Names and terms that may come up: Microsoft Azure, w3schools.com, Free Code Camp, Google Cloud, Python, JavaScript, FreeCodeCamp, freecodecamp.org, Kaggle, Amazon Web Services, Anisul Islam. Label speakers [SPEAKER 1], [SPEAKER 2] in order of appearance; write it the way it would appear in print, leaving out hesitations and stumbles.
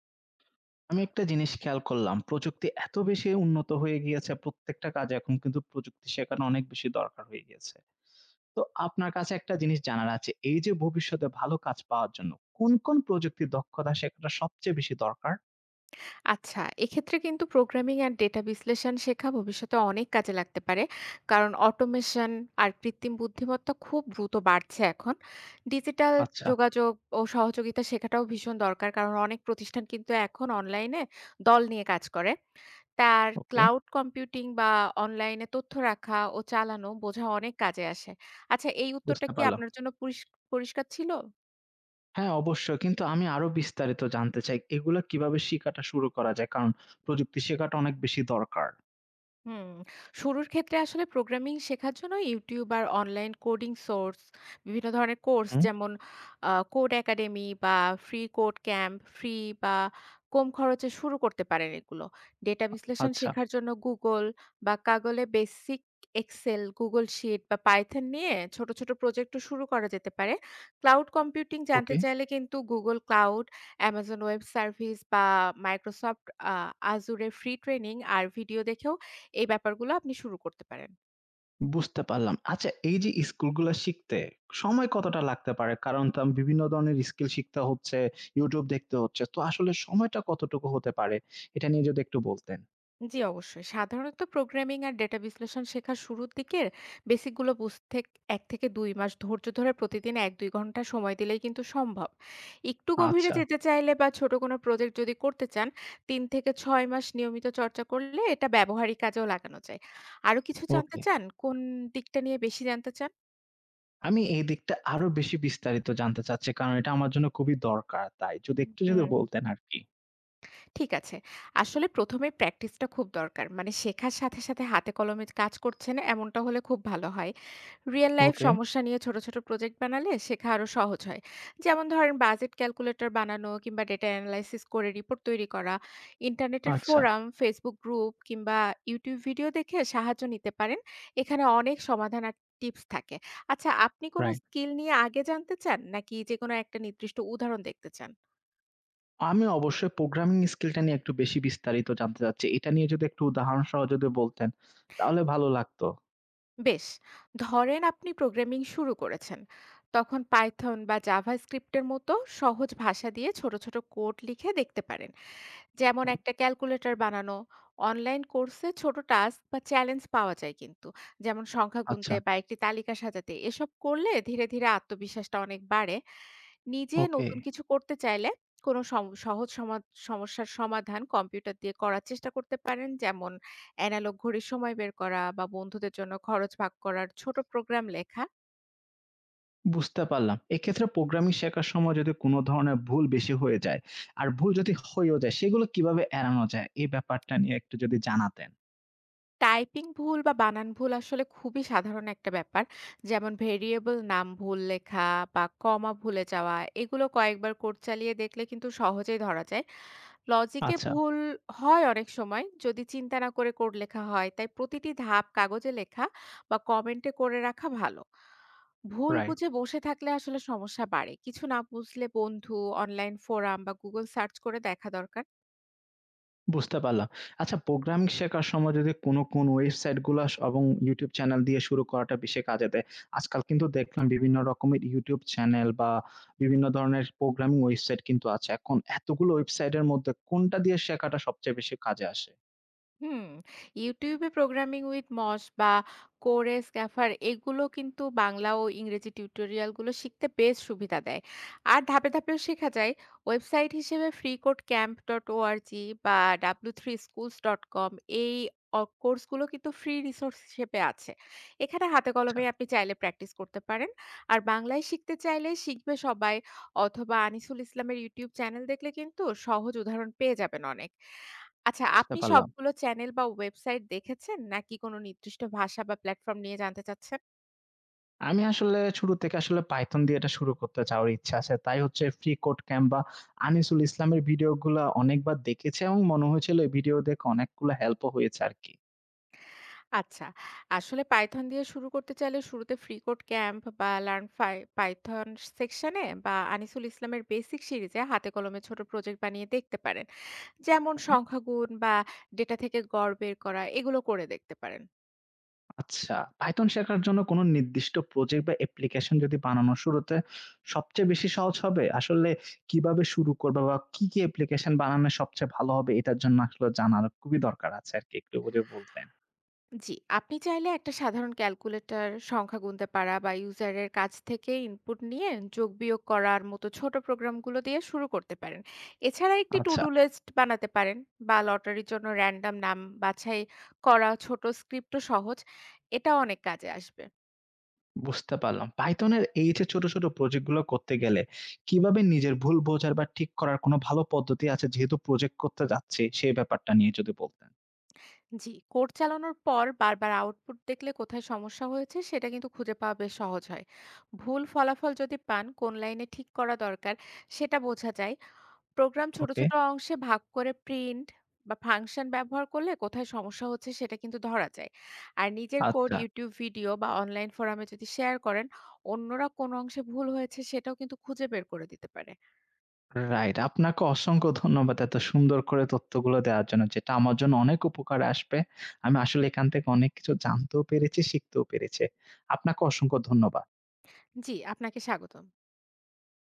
[SPEAKER 1] আমি একটা জিনিস খেয়াল করলাম, প্রযুক্তি এত বেশি উন্নত হয়ে গিয়েছে, প্রত্যেকটা কাজে এখন কিন্তু প্রযুক্তি শেখানো অনেক বেশি দরকার হয়ে গিয়েছে। তো আপনার কাছে একটা জিনিস জানার আছে, এই যে ভবিষ্যতে ভালো কাজ পাওয়ার জন্য কোন, কোন প্রযুক্তির দক্ষতা শেখাটা সবচেয়ে বেশি দরকার?
[SPEAKER 2] আচ্ছা, এক্ষেত্রে কিন্তু প্রোগ্রামিং আর ডেটা বিশ্লেষণ শেখা ভবিষ্যতে অনেক কাজে লাগতে পারে। কারণ অটোমেশন আর কৃত্রিম বুদ্ধিমত্তা খুব দ্রুত বাড়ছে এখন। ডিজিটাল
[SPEAKER 1] আচ্ছা,
[SPEAKER 2] যোগাযোগ ও সহযোগিতা শেখাটাও ভীষণ দরকার। কারণ অনেক প্রতিষ্ঠান কিন্তু এখন অনলাইনে দল নিয়ে কাজ করে। তার
[SPEAKER 1] ওকে,
[SPEAKER 2] ক্লাউড কম্পিউটিং বা অনলাইনে তথ্য রাখা ও চালানো বোঝা অনেক কাজে আসে। আচ্ছা, এই উত্তরটা
[SPEAKER 1] বুঝতে
[SPEAKER 2] কি
[SPEAKER 1] পারলাম।
[SPEAKER 2] আপনার জন্য পরিষ্কার ছিল?
[SPEAKER 1] হ্যাঁ, অবশ্যই। কিন্তু আমি আরো বিস্তারিত জানতে চাই, এগুলা কিভাবে শিখাটা শুরু করা যায়? কারণ প্রযুক্তি শেখাটা অনেক বেশি দরকার।
[SPEAKER 2] হুম, শুরুর ক্ষেত্রে আসলে প্রোগ্রামিং শেখার জন্য ইউটিউব আর অনলাইন কোডিং সোর্স, বিভিন্ন ধরনের কোর্স
[SPEAKER 1] হুম,
[SPEAKER 2] যেমন কোড একাডেমি বা ফ্রি কোড ক্যাম্প, ফ্রি বা কম খরচে শুরু করতে পারেন এগুলো। ডেটা বিশ্লেষণ
[SPEAKER 1] আচ্ছা,
[SPEAKER 2] শেখার জন্য Google বা কাগলে বেসিক এক্সেল, Google শিট বা পাইথন নিয়ে ছোট, ছোট প্রজেক্টও শুরু করা যেতে পারে। ক্লাউড কম্পিউটিং জানতে
[SPEAKER 1] ওকে।
[SPEAKER 2] চাইলে কিন্তু Google Cloud, Amazon web service বা Microsoft আ Azure এর ফ্রি ট্রেনিং আর ভিডিও দেখেও এই ব্যাপারগুলো আপনি শুরু করতে পারেন।
[SPEAKER 1] বুঝতে পারলাম। আচ্ছা এই যে স্কিলগুলা শিখতে সময় কতটা লাগতে পারে? কারণ তো বিভিন্ন ধরনের স্কিল শিখতে হচ্ছে, YouTube দেখতে হচ্ছে। তো আসলে সময়টা কতটুকু হতে পারে? এটা নিয়ে যদি একটু বলতেন।
[SPEAKER 2] জি, অবশ্যই। সাধারণত প্রোগ্রামিং আর ডেটা বিশ্লেষণ শেখার শুরুর দিকের বেসিকগুলো বুঝতে ১ থেকে ২ মাস ধৈর্য ধরে প্রতিদিন ১-২ ঘন্টা সময় দিলেই কিন্তু সম্ভব। একটু গভীরে
[SPEAKER 1] আচ্ছা,
[SPEAKER 2] যেতে চাইলে বা ছোট কোনো প্রজেক্ট যদি করতে চান, ৩ থেকে ৬ মাস নিয়মিত চর্চা করলে এটা ব্যবহারিক কাজেও লাগানো যায়। আরো কিছু জানতে
[SPEAKER 1] ওকে।
[SPEAKER 2] চান? কোন দিকটা নিয়ে বেশি জানতে চান?
[SPEAKER 1] আমি এই দিকটা আরো বেশি বিস্তারিত জানতে চাচ্ছি কারণ এটা আমার জন্য খুবই দরকার। তাই যদি একটু
[SPEAKER 2] হুম,
[SPEAKER 1] বলতেন আরকি।
[SPEAKER 2] ঠিক আছে। আসলে প্রথমে এ প্র্যাকটিসটা খুব দরকার। মানে শেখার সাথে, সাথে হাতে কলমে কাজ করছেন এমনটা হলে খুব ভালো হয়। রিয়েল লাইফ
[SPEAKER 1] ওকে,
[SPEAKER 2] সমস্যা নিয়ে ছোট, ছোট প্রজেক্ট বানালে শেখা আরো সহজ হয়। যেমন ধরেন বাজেট ক্যালকুলেটর বানানো কিংবা ডেটা অ্যানালাইসিস করে রিপোর্ট তৈরি করা। ইন্টারনেটের
[SPEAKER 1] আচ্ছা,
[SPEAKER 2] ফোরাম, Facebook গ্রুপ কিংবা YouTube ভিডিও দেখে সাহায্য নিতে পারেন। এখানে অনেক সমাধান আর টিপস থাকে। আচ্ছা, আপনি কোনো
[SPEAKER 1] রাইট।
[SPEAKER 2] স্কিল নিয়ে আগে জানতে চান নাকি যেকোনো একটা নির্দিষ্ট উদাহরণ দেখতে চান?
[SPEAKER 1] আমি অবশ্যই প্রোগ্রামিং স্কিলটা নিয়ে একটু বেশি বিস্তারিত জানতে চাচ্ছি। এটা নিয়ে যদি একটু উদাহরণ সহ বলতেন তাহলে ভালো লাগতো।
[SPEAKER 2] বেশ, ধরেন আপনি প্রোগ্রামিং শুরু করেছেন। তখন পাইথন বা জাভাস্ক্রিপ্ট এর মতো সহজ ভাষা দিয়ে ছোট, ছোট কোড লিখে দেখতে পারেন। যেমন
[SPEAKER 1] হুম,
[SPEAKER 2] একটা ক্যালকুলেটর বানানো, অনলাইন কোর্সে ছোট টাস্ক বা চ্যালেঞ্জ পাওয়া যায় কিন্তু। যেমন সংখ্যা
[SPEAKER 1] আচ্ছা,
[SPEAKER 2] গুনতে বা একটি তালিকা সাজাতে। এসব করলে ধীরে, ধীরে আত্মবিশ্বাসটা অনেক বাড়ে। নিজে
[SPEAKER 1] ওকে।
[SPEAKER 2] নতুন কিছু করতে চাইলে কোনো সম সহজ সমা সমস্যার সমাধান কম্পিউটার দিয়ে করার চেষ্টা করতে পারেন। যেমন এনালগ ঘড়ির সময় বের করা বা বন্ধুদের জন্য খরচ ভাগ করার ছোট প্রোগ্রাম লেখা।
[SPEAKER 1] বুঝতে পারলাম। এক্ষেত্রে প্রোগ্রামিং শেখার সময় যদি কোনো ধরনের ভুল বেশি হয়ে যায়, আর ভুল যদি হয়েও যায় সেগুলো কিভাবে এড়ানো যায়? এই ব্যাপারটা নিয়ে একটু যদি জানাতেন।
[SPEAKER 2] টাইপিং ভুল বা বানান ভুল আসলে খুবই সাধারণ একটা ব্যাপার। যেমন ভেরিয়েবল নাম ভুল লেখা বা কমা ভুলে যাওয়া এগুলো কয়েকবার কোড চালিয়ে দেখলে কিন্তু সহজেই ধরা যায়। লজিকে
[SPEAKER 1] আচ্ছা,
[SPEAKER 2] ভুল হয় অনেক সময় যদি চিন্তা না করে কোড লেখা হয়। তাই প্রতিটি ধাপ কাগজে লেখা বা কমেন্টে করে রাখা ভালো। ভুল
[SPEAKER 1] রাইট।
[SPEAKER 2] বুঝে বসে থাকলে আসলে সমস্যা বাড়ে। কিছু না বুঝলে বন্ধু, অনলাইন ফোরাম বা Google সার্চ করে দেখা দরকার।
[SPEAKER 1] বুঝতে পারলাম। আচ্ছা প্রোগ্রামিং শেখার সময় যদি কোনো, কোনো ওয়েবসাইট গুলা এবং YouTube চ্যানেল দিয়ে শুরু করাটা বেশি কাজে দেয়। আজকাল কিন্তু দেখলাম বিভিন্ন রকমের YouTube চ্যানেল বা বিভিন্ন ধরনের প্রোগ্রামিং ওয়েবসাইট কিন্তু আছে। এখন এতগুলো ওয়েবসাইটের মধ্যে কোনটা দিয়ে শেখাটা সবচেয়ে বেশি কাজে আসে?
[SPEAKER 2] হুম, YouTube A 'Programming with Moz' বা 'Core Scaffold' এগুলো কিন্তু বাংলা ও ইংরেজি টিউটোরিয়ালগুলো শিখতে বেশ সুবিধা দেয়। আর ধাপে ধাপেও শেখা যায়। ওয়েবসাইট হিসেবে 'freecodecamp.org' বা 'w3schools.com' এই কোর্সগুলো কিন্তু ফ্রি রিসোর্স হিসেবে আছে। এখানে হাতে
[SPEAKER 1] আচ্ছা,
[SPEAKER 2] কলমে আপনি চাইলে প্র্যাকটিস করতে পারেন। আর বাংলায় শিখতে চাইলে 'শিখবে সবাই' অথবা আনিসুল ইসলামের YouTube চ্যানেল দেখলে কিন্তু সহজ উদাহরণ পেয়ে যাবেন অনেক। আচ্ছা,
[SPEAKER 1] বুঝতে
[SPEAKER 2] আপনি
[SPEAKER 1] পারলাম।
[SPEAKER 2] সবগুলো চ্যানেল বা ওয়েবসাইট দেখেছেন? নাকি কোনো নির্দিষ্ট ভাষা বা প্ল্যাটফর্ম নিয়ে জানতে চাচ্ছেন?
[SPEAKER 1] আমি আসলে শুরু থেকে আসলে Python দিয়ে এটা শুরু করতে চাওয়ার ইচ্ছা আছে। তাই হচ্ছে ফ্রি কোড ক্যাম্প বা আনিসুল ইসলামের ভিডিওগুলা অনেকবার দেখেছি এবং মনে হয়েছিল এই ভিডিও দেখে অনেকগুলা হেল্পও হয়েছে আরকি।
[SPEAKER 2] আচ্ছা, আসলে পাইথন দিয়ে শুরু করতে চাইলে শুরুতে FreeCodeCamp বা লার্ন ফাই পাইথন সেকশনে বা আনিসুল ইসলামের বেসিক সিরিজে হাতে কলমে ছোট প্রজেক্ট বানিয়ে দেখতে পারেন। যেমন
[SPEAKER 1] হুম।
[SPEAKER 2] সংখ্যাগুণ বা ডেটা থেকে গড় বের করা এগুলো করে দেখতে পারেন।
[SPEAKER 1] আচ্ছা, Python শেখার জন্য কোনো নির্দিষ্ট প্রজেক্ট বা অ্যাপ্লিকেশন যদি বানানোর শুরুতে সবচেয়ে বেশি সহজ হবে? আসলে কিভাবে শুরু করবা বা কি, কি অ্যাপ্লিকেশন বানানো সবচেয়ে ভালো হবে এটার জন্য আসলে জানার খুবই দরকার আছে আরকি। একটু যদি বলতেন।
[SPEAKER 2] জি, আপনি চাইলে একটা সাধারণ ক্যালকুলেটর, সংখ্যা গুনতে পারা বা ইউজারের কাছ থেকে ইনপুট নিয়ে যোগ-বিয়োগ করার মতো ছোট প্রোগ্রামগুলো দিয়ে শুরু করতে পারেন। এছাড়া একটি টু
[SPEAKER 1] আচ্ছা।
[SPEAKER 2] ডু লিস্ট বানাতে পারেন বা লটারির জন্য র‍্যান্ডম নাম বাছাই করা ছোট স্ক্রিপ্টও সহজ। এটা অনেক কাজে আসবে।
[SPEAKER 1] বুঝতে পারলাম। পাইথনের এই যে ছোট, ছোট প্রজেক্ট গুলো করতে গেলে কিভাবে নিজের ভুল বোঝার বা ঠিক করার কোনো ভালো পদ্ধতি আছে যেহেতু প্রজেক্ট করতে যাচ্ছি সেই ব্যাপারটা নিয়ে যদি বলতেন?
[SPEAKER 2] জি, কোড চালানোর পর বারবার আউটপুট দেখলে কোথায় সমস্যা হয়েছে সেটা কিন্তু খুঁজে পাওয়া বেশ সহজ হয়। ভুল ফলাফল যদি পান, কোন লাইনে ঠিক করা দরকার সেটা বোঝা যায় প্রোগ্রাম ছোট,
[SPEAKER 1] ওকে,
[SPEAKER 2] ছোট অংশে ভাগ করে প্রিন্ট বা ফাংশন ব্যবহার করলে কোথায় সমস্যা হচ্ছে সেটা কিন্তু ধরা যায়। আর নিজের কোড
[SPEAKER 1] আচ্ছা।
[SPEAKER 2] YouTube ভিডিও বা অনলাইন ফোরামে যদি শেয়ার করেন, অন্যরা কোন অংশে ভুল হয়েছে সেটাও কিন্তু খুঁজে বের করে দিতে পারে।
[SPEAKER 1] রাইট। আপনাকে অসংখ্য ধন্যবাদ এত সুন্দর করে তথ্যগুলো দেওয়ার জন্য। যেটা আমার জন্য অনেক উপকারে আসবে। আমি আসলে এখান থেকে অনেক কিছু জানতেও পেরেছি, শিখতেও পেরেছি। আপনাকে অসংখ্য ধন্যবাদ।
[SPEAKER 2] জি, আপনাকে স্বাগতম।